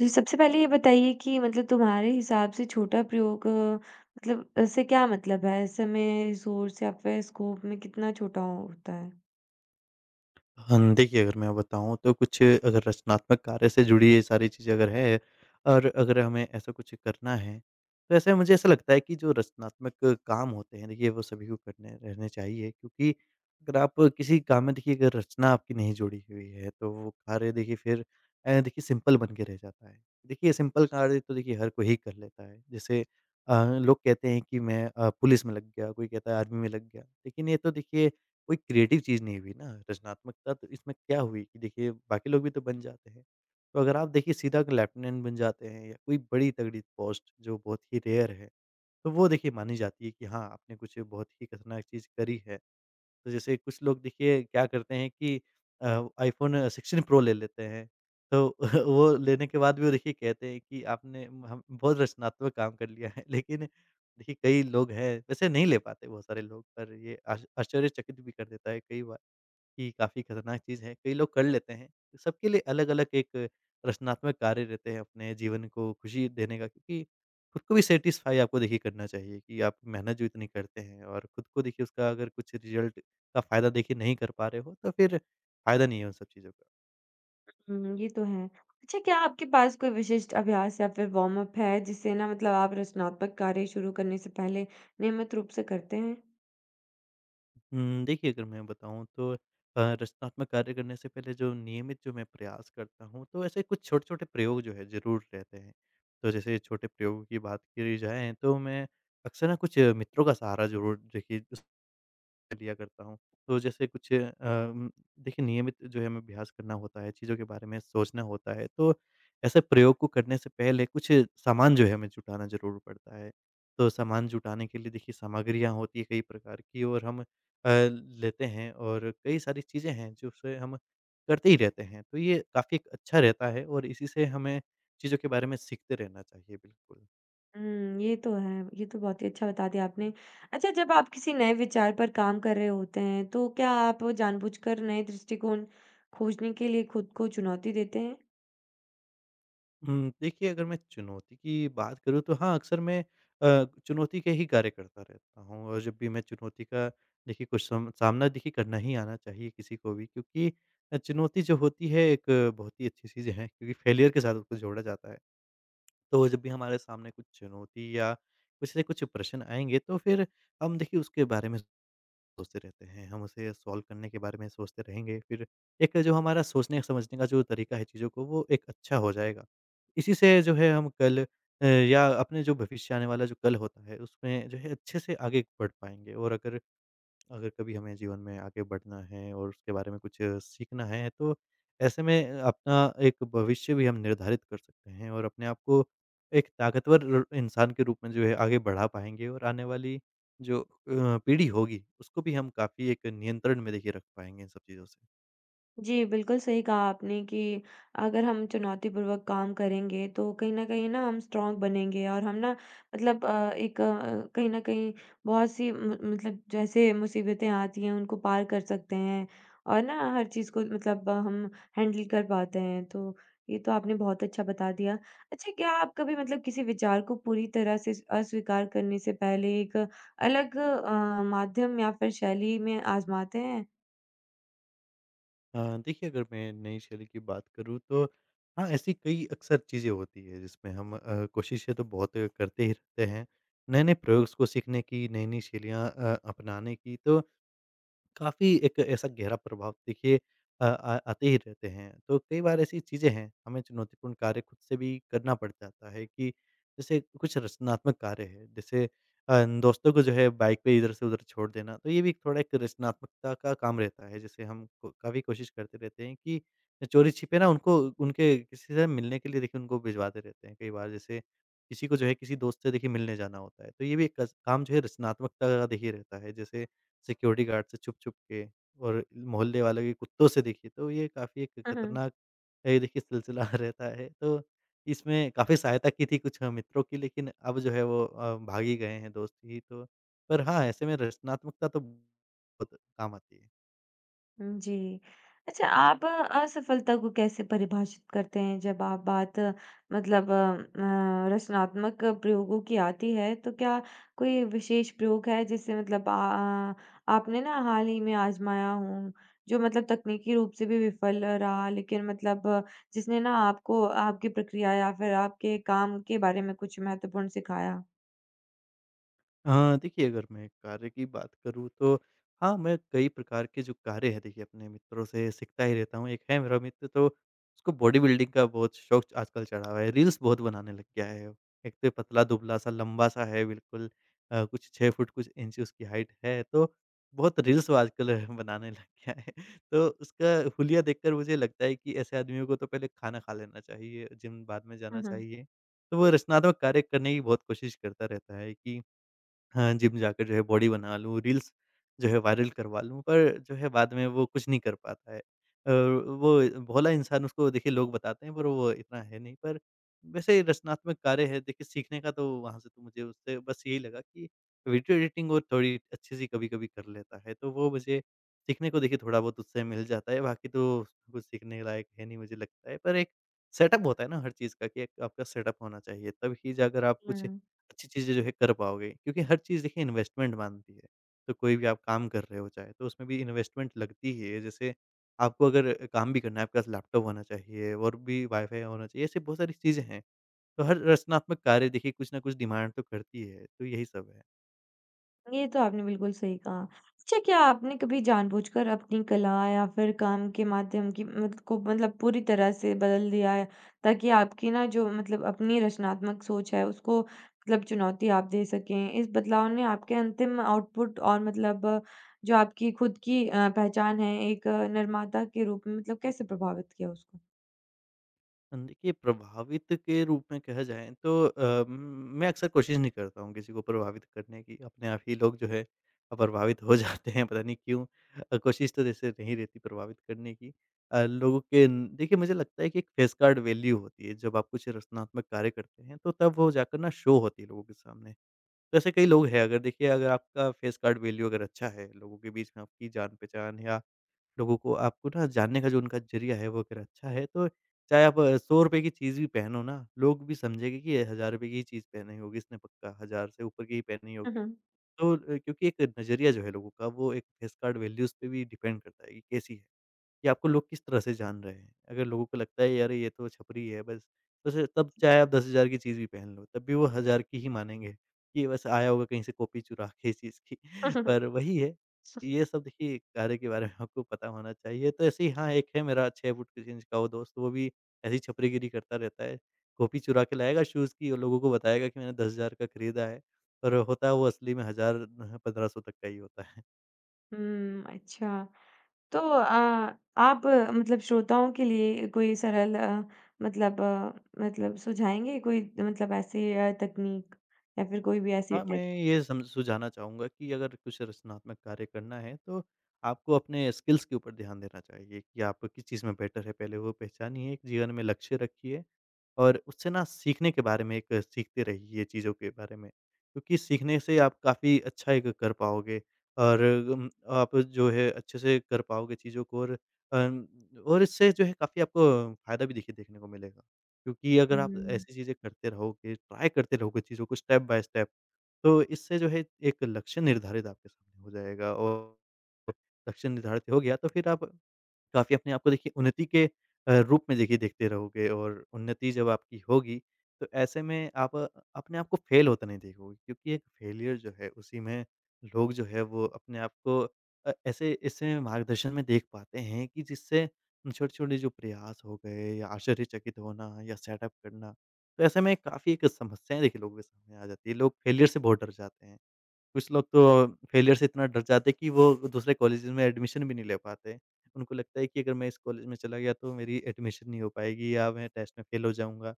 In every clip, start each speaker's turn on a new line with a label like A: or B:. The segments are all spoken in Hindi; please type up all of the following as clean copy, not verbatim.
A: जी, सबसे पहले ये बताइए कि तुम्हारे हिसाब से छोटा प्रयोग इससे क्या मतलब है? समय, रिसोर्स या फिर स्कोप में कितना होता है?
B: हम देखिए, अगर मैं बताऊँ तो कुछ अगर रचनात्मक कार्य से जुड़ी ये सारी चीज़ें अगर है और अगर हमें ऐसा कुछ करना है, तो ऐसे मुझे ऐसा लगता है कि जो रचनात्मक काम होते हैं देखिए वो सभी को करने रहने चाहिए, क्योंकि अगर आप किसी काम में देखिए अगर रचना आपकी नहीं जुड़ी हुई है, तो वो कार्य देखिए फिर देखिए सिंपल बन के रह जाता है। देखिए सिंपल कार्य तो देखिए हर कोई ही कर लेता है। जैसे अ, लोग कहते हैं कि मैं पुलिस में लग गया, कोई कहता है आर्मी में लग गया, लेकिन ये तो देखिए कोई क्रिएटिव चीज़ नहीं हुई ना, रचनात्मकता तो इसमें क्या हुई कि देखिए बाकी लोग भी तो बन जाते हैं। तो अगर आप देखिए सीधा अगर लेफ्टिनेंट बन जाते हैं या कोई बड़ी तगड़ी पोस्ट जो बहुत ही रेयर है, तो वो देखिए मानी जाती है कि हाँ, आपने कुछ बहुत ही खतरनाक चीज़ करी है। तो जैसे कुछ लोग देखिए क्या करते हैं कि अ, आईफ़ोन 16 प्रो ले लेते हैं, तो वो लेने के बाद भी वो देखिए कहते हैं कि आपने हम बहुत रचनात्मक काम कर लिया है। लेकिन देखिए कई लोग हैं वैसे नहीं ले पाते बहुत सारे लोग, पर ये आश आश्चर्यचकित भी कर देता है कई बार। कि काफ़ी खतरनाक चीज़ है, कई लोग कर लेते हैं। सबके लिए अलग-अलग एक रचनात्मक कार्य रहते हैं अपने जीवन को खुशी देने का, क्योंकि खुद को भी सैटिस्फ़ाई आपको देखिए करना चाहिए कि आप मेहनत जो इतनी करते हैं और खुद को देखिए उसका अगर कुछ रिज़ल्ट का फ़ायदा देखिए नहीं कर पा रहे हो, तो फिर फ़ायदा नहीं है उन सब चीज़ों का।
A: हुँ, ये तो है। अच्छा, क्या आपके पास कोई विशिष्ट अभ्यास या फिर वार्म अप है जिससे ना, मतलब आप रचनात्मक कार्य शुरू करने से पहले नियमित रूप से करते हैं?
B: देखिए अगर मैं बताऊँ तो रचनात्मक कार्य करने से पहले जो नियमित जो मैं प्रयास करता हूँ, तो ऐसे कुछ छोटे-छोटे प्रयोग जो है ज़रूर रहते हैं। तो जैसे छोटे प्रयोगों की बात करी जाए तो मैं अक्सर ना कुछ मित्रों का सहारा ज़रूर देखिए लिया करता हूँ। तो जैसे कुछ देखिए नियमित जो है हमें अभ्यास करना होता है, चीज़ों के बारे में सोचना होता है, तो ऐसे प्रयोग को करने से पहले कुछ सामान जो है हमें जुटाना ज़रूर पड़ता है। तो सामान जुटाने के लिए देखिए सामग्रियाँ होती हैं कई प्रकार की, और हम लेते हैं और कई सारी चीज़ें हैं जिसे हम करते ही रहते हैं। तो ये काफ़ी एक अच्छा रहता है और इसी से हमें चीज़ों के बारे में सीखते रहना चाहिए, बिल्कुल।
A: हुँ, ये तो है। ये तो बहुत ही अच्छा बता दिया आपने। अच्छा, जब आप किसी नए विचार पर काम कर रहे होते हैं, तो क्या आप जानबूझकर नए दृष्टिकोण खोजने के लिए खुद को चुनौती देते हैं?
B: देखिए अगर मैं चुनौती की बात करूँ तो हाँ, अक्सर मैं चुनौती के ही कार्य करता रहता हूँ, और जब भी मैं चुनौती का देखिए कुछ सम सामना देखिए करना ही आना चाहिए किसी को भी, क्योंकि चुनौती जो होती है एक बहुत ही अच्छी चीज़ है, क्योंकि फेलियर के साथ उसको जोड़ा जाता है। तो जब भी हमारे सामने कुछ चुनौती या कुछ से कुछ प्रश्न आएँगे तो फिर हम देखिए उसके बारे में सोचते रहते हैं, हम उसे सॉल्व करने के बारे में सोचते रहेंगे, फिर एक जो हमारा सोचने-समझने का जो तरीका है चीज़ों को, वो एक अच्छा हो जाएगा। इसी से जो है हम कल या अपने जो भविष्य आने वाला जो कल होता है, उसमें जो है अच्छे से आगे बढ़ पाएँगे, और अगर अगर कभी हमें जीवन में आगे बढ़ना है और उसके बारे में कुछ सीखना है तो ऐसे में अपना एक भविष्य भी हम निर्धारित कर सकते हैं और अपने आप को एक ताकतवर इंसान के रूप में जो है आगे बढ़ा पाएंगे, और आने वाली जो पीढ़ी होगी उसको भी हम काफ़ी एक नियंत्रण में देखिए रख पाएंगे इन सब चीज़ों से।
A: जी, बिल्कुल सही कहा आपने कि अगर हम चुनौतीपूर्वक काम करेंगे तो कहीं न कहीं ना हम स्ट्रॉन्ग बनेंगे और हम ना मतलब एक कहीं न कहीं बहुत-सी म मतलब जैसे मुसीबतें आती हैं उनको पार कर सकते हैं और ना हर चीज़ को मतलब हम हैंडल कर पाते हैं। तो ये तो आपने बहुत अच्छा बता दिया। अच्छा, क्या आप कभी मतलब किसी विचार को पूरी तरह से अस्वीकार करने से पहले एक अलग माध्यम या फिर शैली में आज़माते हैं?
B: देखिए अगर मैं नई शैली की बात करूँ तो हाँ, ऐसी कई अक्सर चीज़ें होती है जिसमें हम कोशिशें तो बहुत करते ही रहते हैं, नए नए प्रयोग को सीखने की, नई नई शैलियाँ अपनाने की, तो काफ़ी एक ऐसा गहरा प्रभाव देखिए अ, आ आते ही रहते हैं। तो कई बार ऐसी चीज़ें हैं, हमें चुनौतीपूर्ण कार्य खुद से भी करना पड़ जाता है कि जैसे कुछ रचनात्मक कार्य है, जैसे दोस्तों को जो है बाइक पे इधर से उधर छोड़ देना, तो ये भी थोड़ा एक रचनात्मकता का काम रहता है। जैसे हम को काफ़ी कोशिश करते रहते हैं कि चोरी-छिपे ना उनको उनके किसी से मिलने के लिए देखिए उनको भिजवाते रहते हैं। कई बार जैसे किसी को जो है किसी दोस्त से देखिए मिलने जाना होता है, तो ये भी एक कस काम जो है रचनात्मकता का देखिए रहता है। जैसे सिक्योरिटी गार्ड से छुप-छुप के, और मोहल्ले वालों के कुत्तों से देखिए, तो ये काफ़ी एक खतरनाक ये देखिए सिलसिला रहता है। तो इसमें काफ़ी सहायता की थी कुछ मित्रों की, लेकिन अब जो है वो भाग ही गए हैं दोस्त ही तो। पर हाँ, ऐसे में रचनात्मकता तो बहुत काम आती है।
A: हुँ, जी। अच्छा, आप असफलता को कैसे परिभाषित करते हैं? जब आप बात रचनात्मक प्रयोगों की आती है तो क्या कोई विशेष प्रयोग है जिससे मतलब आ आपने ना हाल ही में आज़माया हो? जो मतलब तकनीकी रूप से भी विफल रहा, लेकिन मतलब जिसने ना आपको आपकी प्रक्रिया या फिर आपके काम के बारे में कुछ महत्वपूर्ण सिखाया?
B: हाँ, देखिए अगर मैं कार्य की बात करूँ तो हाँ, मैं कई प्रकार के जो कार्य हैं देखिए अपने मित्रों से सीखता ही रहता हूँ। एक है मेरा मित्र, तो उसको बॉडी बिल्डिंग का बहुत शौक आजकल चढ़ा हुआ है, रील्स बहुत बनाने लग गया है। एक तो पतला-दुबला सा लंबा-सा है बिल्कुल, कुछ 6 फुट कुछ इंच उसकी हाइट है, तो बहुत रील्स वो आजकल बनाने लग गया है। तो उसका हुलिया देखकर मुझे लगता है कि ऐसे आदमियों को तो पहले खाना खा लेना चाहिए, जिम बाद में
A: हुँ,
B: जाना
A: हुँ।
B: चाहिए। तो वो रचनात्मक कार्य करने की बहुत कोशिश करता रहता है कि हाँ, जिम जाकर जो है बॉडी बना लूँ, रील्स जो है वायरल करवा लूँ, पर जो है बाद में वो कुछ नहीं कर पाता है। वो भोला इंसान उसको देखिए लोग बताते हैं पर वो इतना है नहीं। पर वैसे रचनात्मक कार्य है देखिए सीखने का, तो वहाँ से तो मुझे उससे बस यही लगा कि वीडियो एडिटिंग वो थोड़ी अच्छी-सी कभी-कभी कर लेता है, तो वो मुझे सीखने को देखिए थोड़ा बहुत उससे मिल जाता है, बाकी तो कुछ सीखने लायक है नहीं मुझे लगता है। पर एक सेटअप होता है ना हर चीज़ का, कि एक आपका सेटअप होना चाहिए, तब ही जाकर आप कुछ
A: हुँ।
B: अच्छी चीज़ें जो है कर पाओगे, क्योंकि हर चीज़ देखिए इन्वेस्टमेंट मानती है। तो कोई भी आप काम कर रहे हो चाहे, तो उसमें भी इन्वेस्टमेंट लगती ही है। जैसे आपको अगर काम भी करना है, आपके पास लैपटॉप होना चाहिए और भी वाईफ़ाई होना चाहिए, ऐसी बहुत सारी चीज़ें हैं। तो हर रचनात्मक कार्य देखिए कुछ ना कुछ डिमांड तो करती है, तो यही सब है।
A: ये तो आपने बिल्कुल सही कहा। अच्छा, क्या आपने कभी जानबूझकर अपनी कला या फिर काम के माध्यम की मत को पूरी तरह से बदल दिया है, ताकि आपकी ना जो मतलब अपनी रचनात्मक सोच है उसको मतलब चुनौती आप दे सकें? इस बदलाव ने आपके अंतिम आउटपुट और मतलब जो आपकी खुद की पहचान है, एक निर्माता के रूप में मतलब कैसे प्रभावित किया उसको?
B: देखिए, प्रभावित के रूप में कहा जाए तो मैं अक्सर कोशिश नहीं करता हूँ किसी को प्रभावित करने की, अपने आप ही लोग जो है प्रभावित हो जाते हैं, पता नहीं क्यों? कोशिश तो जैसे नहीं रहती प्रभावित करने की। लोगों के न देखिए मुझे लगता है कि एक फेस कार्ड वैल्यू होती है, जब आप कुछ रचनात्मक कार्य करते हैं, तो तब वो जाकर ना शो होती है लोगों के सामने। वैसे कई लोग हैं, अगर देखिए अगर आपका फेस कार्ड वैल्यू अगर अच्छा है, लोगों के बीच में आपकी जान-पहचान या लोगों को आपको ना जानने का जो उनका ज़रिया है वो अगर अच्छा है तो चाहे आप ₹100 की चीज़ भी पहनो ना, लोग भी समझेंगे कि ये ₹1000 की ही चीज़ पहनी होगी इसने पक्का, 1000 से ऊपर की ही पहनी होगी।
A: हुँ,
B: तो क्योंकि एक नज़रिया जो है लोगों का वो एक फेस कार्ड वैल्यूज़ पे भी डिपेंड करता है कि कैसी है। कि आपको लोग किस तरह से जान रहे हैं। अगर लोगों को लगता है यार ये तो छपरी है बस, तो स तब चाहे आप 10,000 की चीज़ भी पहन लो, तब भी वो 1000 की ही मानेंगे कि बस आया होगा कहीं से कॉपी चुरा के इस चीज़ की।
A: हुँ।
B: पर वही है, ये सब देखिए कार्य के बारे में आपको पता होना चाहिए। तो ऐसे ही हाँ, एक है मेरा 6 फुट 3 इंच का वो दोस्त, वो भी ऐसी छपरीगिरी करता रहता है। कॉपी चुरा के लाएगा शूज़ की और लोगों को बताएगा कि मैंने 10,000 का खरीदा है, पर होता है वो असली में 1000 न 1500 तक का ही होता है।
A: हुँ, अच्छा। तो आप मतलब श्रोताओं के लिए कोई सरल मतलब अ, मतलब सुझाएँगे कोई मतलब ऐसी तकनीक या फिर कोई भी ऐसी
B: हाँ,
A: टिप?
B: मैं ये सम सुझाना चाहूँगा कि अगर कुछ रचनात्मक कार्य करना है, तो आपको अपने स्किल्स के ऊपर ध्यान देना चाहिए कि आप किस चीज़ में बेटर है, पहले वो पहचानिए, एक जीवन में लक्ष्य रखिए और उससे ना सीखने के बारे में, एक सीखते रहिए चीज़ों के बारे में, क्योंकि सीखने से आप काफ़ी अच्छा एक कर पाओगे और आप जो है अच्छे से कर पाओगे चीज़ों को, और अम, और इससे जो है काफ़ी आपको फ़ायदा भी देखिए देखने को मिलेगा। क्योंकि अगर आप
A: हुँ।
B: ऐसी चीज़ें करते रहोगे, ट्राई करते रहोगे चीज़ों को स्टेप बाय स्टेप, तो इससे जो है एक लक्ष्य निर्धारित आपके सामने हो जाएगा, और लक्ष्य निर्धारित हो गया तो फिर आप काफ़ी अपने आप को देखिए उन्नति के रूप में देखिए देखते रहोगे, और उन्नति जब आपकी होगी, तो ऐसे में आप अपने आप को फ़ेल होता नहीं देखोगे, क्योंकि एक फ़ेलियर जो है उसी में लोग जो है वो अपने आप को ऐसे इसमें मार्गदर्शन में देख पाते हैं कि जिससे छोटे-छोटे जो प्रयास हो गए, या आश्चर्यचकित होना, या सेटअप करना, तो ऐसे में काफ़ी एक समस्याएँ देखिए लोगों के सामने आ जाती है। लोग फ़ेलियर से बहुत डर जाते हैं। कुछ लोग तो फेलियर से इतना डर जाते हैं कि वो दूसरे कॉलेजेस में एडमिशन भी नहीं ले पाते। उनको लगता है कि अगर मैं इस कॉलेज में चला गया तो मेरी एडमिशन नहीं हो पाएगी, या मैं टेस्ट में फेल हो जाऊँगा।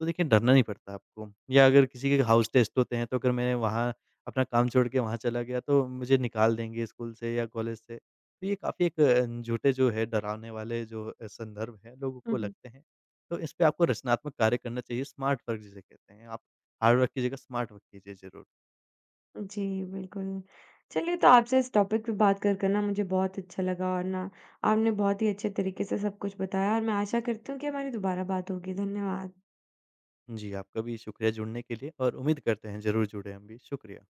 B: तो देखिए डरना नहीं पड़ता आपको, या अगर किसी के हाउस टेस्ट होते हैं तो अगर मैं वहाँ अपना काम छोड़ के वहाँ चला गया तो मुझे निकाल देंगे स्कूल से या कॉलेज से। तो ये काफ़ी एक झूठे जो है डरावने वाले जो संदर्भ हैं लोगों
A: हुँ,
B: को
A: हुँ।
B: लगते हैं। तो इस पे आपको रचनात्मक कार्य करना चाहिए, स्मार्ट वर्क जिसे कहते हैं। आप हार्ड वर्क की जगह स्मार्ट वर्क कीजिए ज़रूर।
A: जी, बिल्कुल। चलिए, तो आपसे इस टॉपिक पे बात कर कर ना मुझे बहुत अच्छा लगा और ना आपने बहुत ही अच्छे तरीके से सब कुछ बताया और मैं आशा करती हूँ कि हमारी दोबारा बात होगी। धन्यवाद।
B: जी, आपका भी शुक्रिया जुड़ने के लिए और उम्मीद करते हैं ज़रूर जुड़े हम भी। शुक्रिया।